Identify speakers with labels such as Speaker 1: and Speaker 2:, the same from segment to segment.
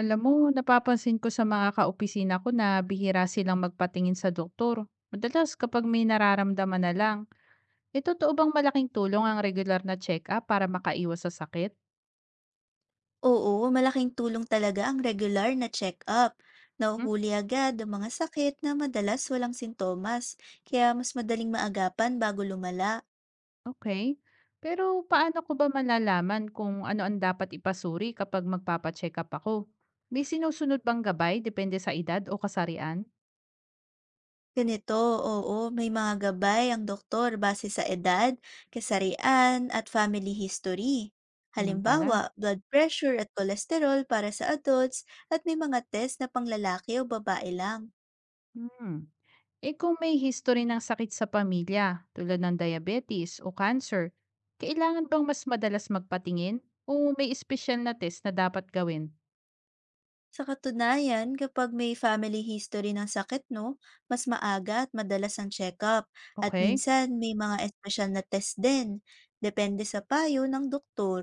Speaker 1: Alam mo, napapansin ko sa mga kaopisina ko na bihira silang magpatingin sa doktor. Madalas kapag may nararamdaman na lang, eh totoo bang malaking tulong ang regular na check-up para makaiwas sa sakit?
Speaker 2: Oo, malaking tulong talaga ang regular na check-up.
Speaker 1: Hmm?
Speaker 2: Nahuhuli agad ang mga sakit na madalas walang sintomas, kaya mas madaling maagapan bago lumala.
Speaker 1: Okay. Pero paano ko ba malalaman kung ano ang dapat ipasuri kapag magpapacheck-up ako? May sinusunod bang gabay depende sa edad o kasarian?
Speaker 2: Ganito, oo, may mga gabay ang doktor base sa edad, kasarian, at family history.
Speaker 1: Ganun
Speaker 2: Halimbawa,
Speaker 1: pala.
Speaker 2: blood pressure at kolesterol para sa adults at may mga test na panglalaki o babae lang.
Speaker 1: Hmm. Eh kung may history ng sakit sa pamilya tulad ng diabetes o cancer, kailangan bang mas madalas magpatingin o may espesyal na test na dapat gawin?
Speaker 2: Sa katunayan, kapag may family history ng sakit, no, mas maaga at madalas ang check-up at
Speaker 1: Okay?
Speaker 2: minsan may mga espesyal na test din, depende sa payo ng doktor.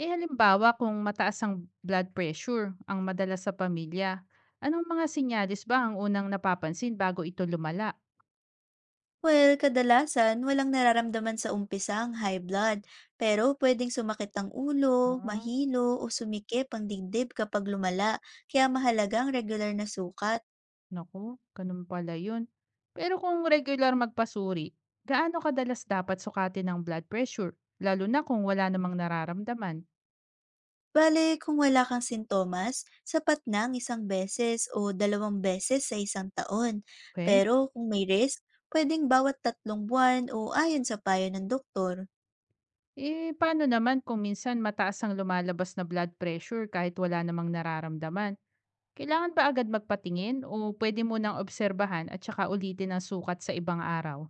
Speaker 1: Eh halimbawa kung mataas ang blood pressure ang madalas sa pamilya, anong mga senyales ba ang unang napapansin bago ito lumala?
Speaker 2: Well, kadalasan walang nararamdaman sa umpisa ang high blood, pero pwedeng sumakit ang ulo,
Speaker 1: Ah,
Speaker 2: mahilo o sumikip ang dibdib kapag lumala, kaya mahalaga ang regular na sukat.
Speaker 1: naku, ganun pala yun. Pero kung regular magpasuri, gaano kadalas dapat sukatin ang blood pressure? Lalo na kung wala namang nararamdaman.
Speaker 2: Bale, kung wala kang sintomas, sapat na ang isang beses o dalawang beses sa isang taon.
Speaker 1: Okay?
Speaker 2: Pero kung may risk, pwedeng bawat tatlong buwan o ayon sa payo ng doktor.
Speaker 1: Eh, paano naman kung minsan mataas ang lumalabas na blood pressure kahit wala namang nararamdaman? Kailangan ba agad magpatingin o pwede mo nang obserbahan at saka ulitin ang sukat sa ibang araw?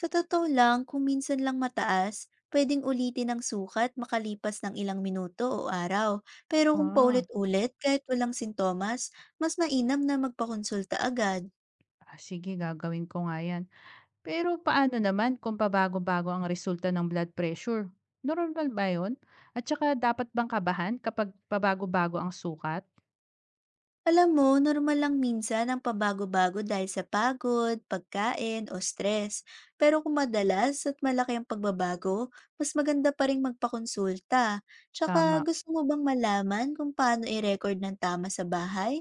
Speaker 2: Sa totoo lang, kung minsan lang mataas, pwedeng ulitin ang sukat makalipas ng ilang minuto o araw. Pero kung
Speaker 1: Ah,
Speaker 2: paulit-ulit kahit walang sintomas, mas mainam na magpakonsulta agad.
Speaker 1: ah, sige, gagawin ko nga yan. Pero paano naman kung pabago-bago ang resulta ng blood pressure? Normal ba yun? At saka dapat bang kabahan kapag pabago-bago ang sukat?
Speaker 2: Alam mo, normal lang minsan ang pabago-bago dahil sa pagod, pagkain, o stress. Pero kung madalas at malaki ang pagbabago, mas maganda pa rin magpakonsulta. Tsaka
Speaker 1: Tama.
Speaker 2: gusto mo bang malaman kung paano i-record ng tama sa bahay?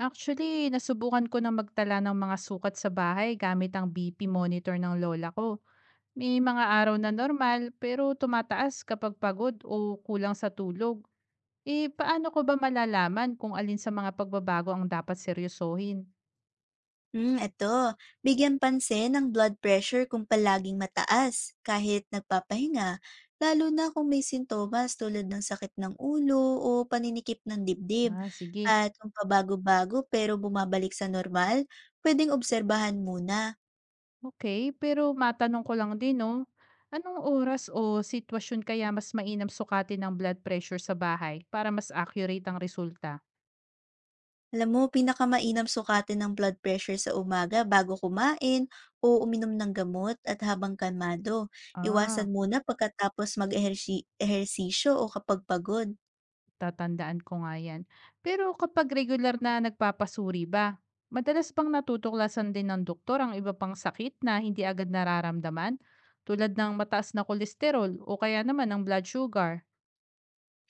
Speaker 1: Actually, nasubukan ko na magtala ng mga sukat sa bahay gamit ang BP monitor ng lola ko. May mga araw na normal pero tumataas kapag pagod o kulang sa tulog. Eh, paano ko ba malalaman kung alin sa mga pagbabago ang dapat seryosohin?
Speaker 2: Hmm, eto. Bigyan pansin ang blood pressure kung palaging mataas, kahit nagpapahinga, lalo na kung may sintomas tulad ng sakit ng ulo o paninikip ng dibdib.
Speaker 1: Ah, sige.
Speaker 2: At kung pabago-bago pero bumabalik sa normal, pwedeng obserbahan muna.
Speaker 1: Okay, pero matanong ko lang din, no? Anong oras o sitwasyon kaya mas mainam sukatin ang blood pressure sa bahay para mas accurate ang resulta?
Speaker 2: Alam mo, pinakamainam sukatin ng blood pressure sa umaga bago kumain o uminom ng gamot at habang kalmado. Iwasan
Speaker 1: Ah.
Speaker 2: muna pagkatapos mag-ehersisyo o kapag pagod.
Speaker 1: Tatandaan ko nga yan. Pero kapag regular na nagpapasuri ba, madalas bang natutuklasan din ng doktor ang iba pang sakit na hindi agad nararamdaman? Tulad ng mataas na kolesterol o kaya naman ang blood sugar.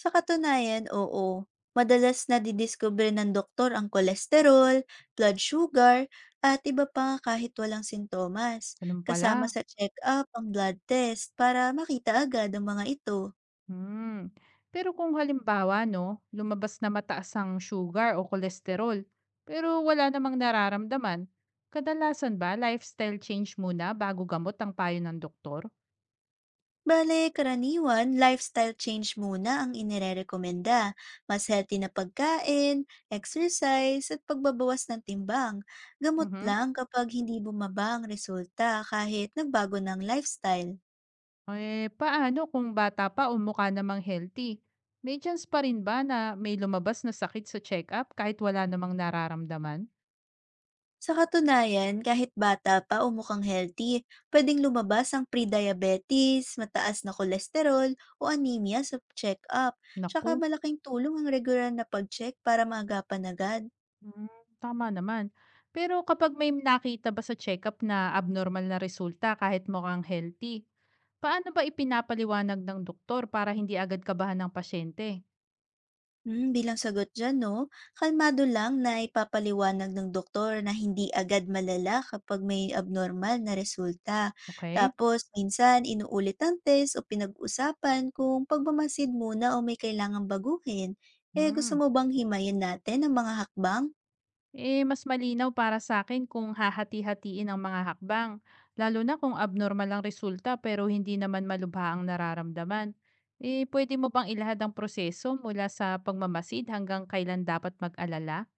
Speaker 2: Sa katunayan, oo. Madalas nadidiskubre ng doktor ang kolesterol, blood sugar, at iba pa kahit walang sintomas.
Speaker 1: Ganun
Speaker 2: Kasama
Speaker 1: pala.
Speaker 2: sa check-up ang blood test para makita agad ang mga ito.
Speaker 1: Hmm. Pero kung halimbawa, no, lumabas na mataas ang sugar o kolesterol, pero wala namang nararamdaman, kadalasan ba lifestyle change muna bago gamot ang payo ng doktor?
Speaker 2: Bale, karaniwan, lifestyle change muna ang inirerekomenda. Mas healthy na pagkain, exercise, at pagbabawas ng timbang. Gamot
Speaker 1: Mhm.
Speaker 2: lang kapag hindi bumaba ang resulta kahit nagbago ng lifestyle.
Speaker 1: Eh, paano kung bata pa o mukha namang healthy? May chance pa rin ba na may lumabas na sakit sa check-up kahit wala namang nararamdaman?
Speaker 2: Sa katunayan, kahit bata pa o mukhang healthy, pwedeng lumabas ang pre-diabetes, mataas na kolesterol o anemia sa check-up. Tsaka
Speaker 1: Naku,
Speaker 2: malaking tulong ang regular na pag-check para maagapan agad.
Speaker 1: mm, tama naman. Pero kapag may nakita ba sa check-up na abnormal na resulta kahit mukhang healthy, paano ba ipinapaliwanag ng doktor para hindi agad kabahan ng pasyente?
Speaker 2: Hmm, bilang sagot dyan, no? Kalmado lang na ipapaliwanag ng doktor na hindi agad malala kapag may abnormal na resulta.
Speaker 1: Okay?
Speaker 2: Tapos, minsan, inuulit ang test o pinag-usapan kung pagmamasid muna o may kailangang baguhin. Eh, gusto
Speaker 1: Hmm.
Speaker 2: mo bang himayin natin ang mga hakbang?
Speaker 1: Eh, mas malinaw para sa akin kung hahati-hatiin ang mga hakbang, lalo na kung abnormal ang resulta pero hindi naman malubha ang nararamdaman. Eh, pwede mo bang ilahad ang proseso mula sa pagmamasid hanggang kailan dapat mag-alala?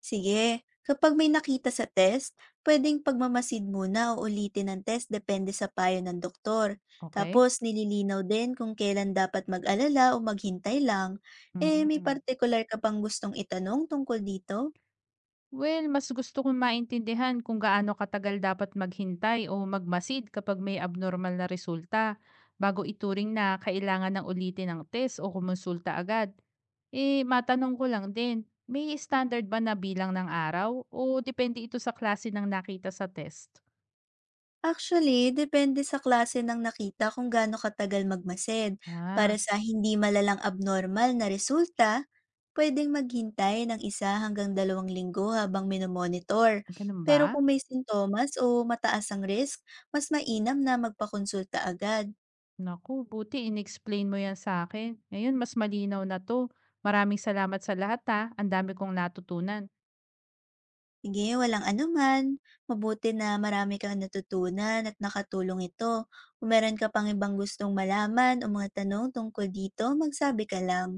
Speaker 2: Sige, kapag may nakita sa test, pwedeng pagmamasid muna o ulitin ang test depende sa payo ng doktor.
Speaker 1: Okay?
Speaker 2: Tapos nililinaw din kung kailan dapat mag-alala o maghintay lang. Eh, may
Speaker 1: Mm.
Speaker 2: partikular ka pang gustong itanong tungkol dito?
Speaker 1: Well, mas gusto kong maintindihan kung gaano katagal dapat maghintay o magmasid kapag may abnormal na resulta bago ituring na kailangan ng ulitin ang test o kumonsulta agad. Eh, matanong ko lang din, may standard ba na bilang ng araw o depende ito sa klase ng nakita sa test?
Speaker 2: Actually, depende sa klase ng nakita kung gaano katagal magmasid.
Speaker 1: Ah,
Speaker 2: Para sa hindi malalang abnormal na resulta, pwedeng maghintay ng isa hanggang dalawang linggo habang minomonitor.
Speaker 1: ganun
Speaker 2: Pero
Speaker 1: ba?
Speaker 2: kung may sintomas o mataas ang risk, mas mainam na magpakonsulta agad.
Speaker 1: Naku, buti in-explain mo yan sa akin. Ngayon, mas malinaw na to. Maraming salamat sa lahat ha. Ang dami kong natutunan.
Speaker 2: Sige, walang anuman. Mabuti na marami kang natutunan at nakatulong ito. Kung meron ka pang ibang gustong malaman o mga tanong tungkol dito, magsabi ka lang.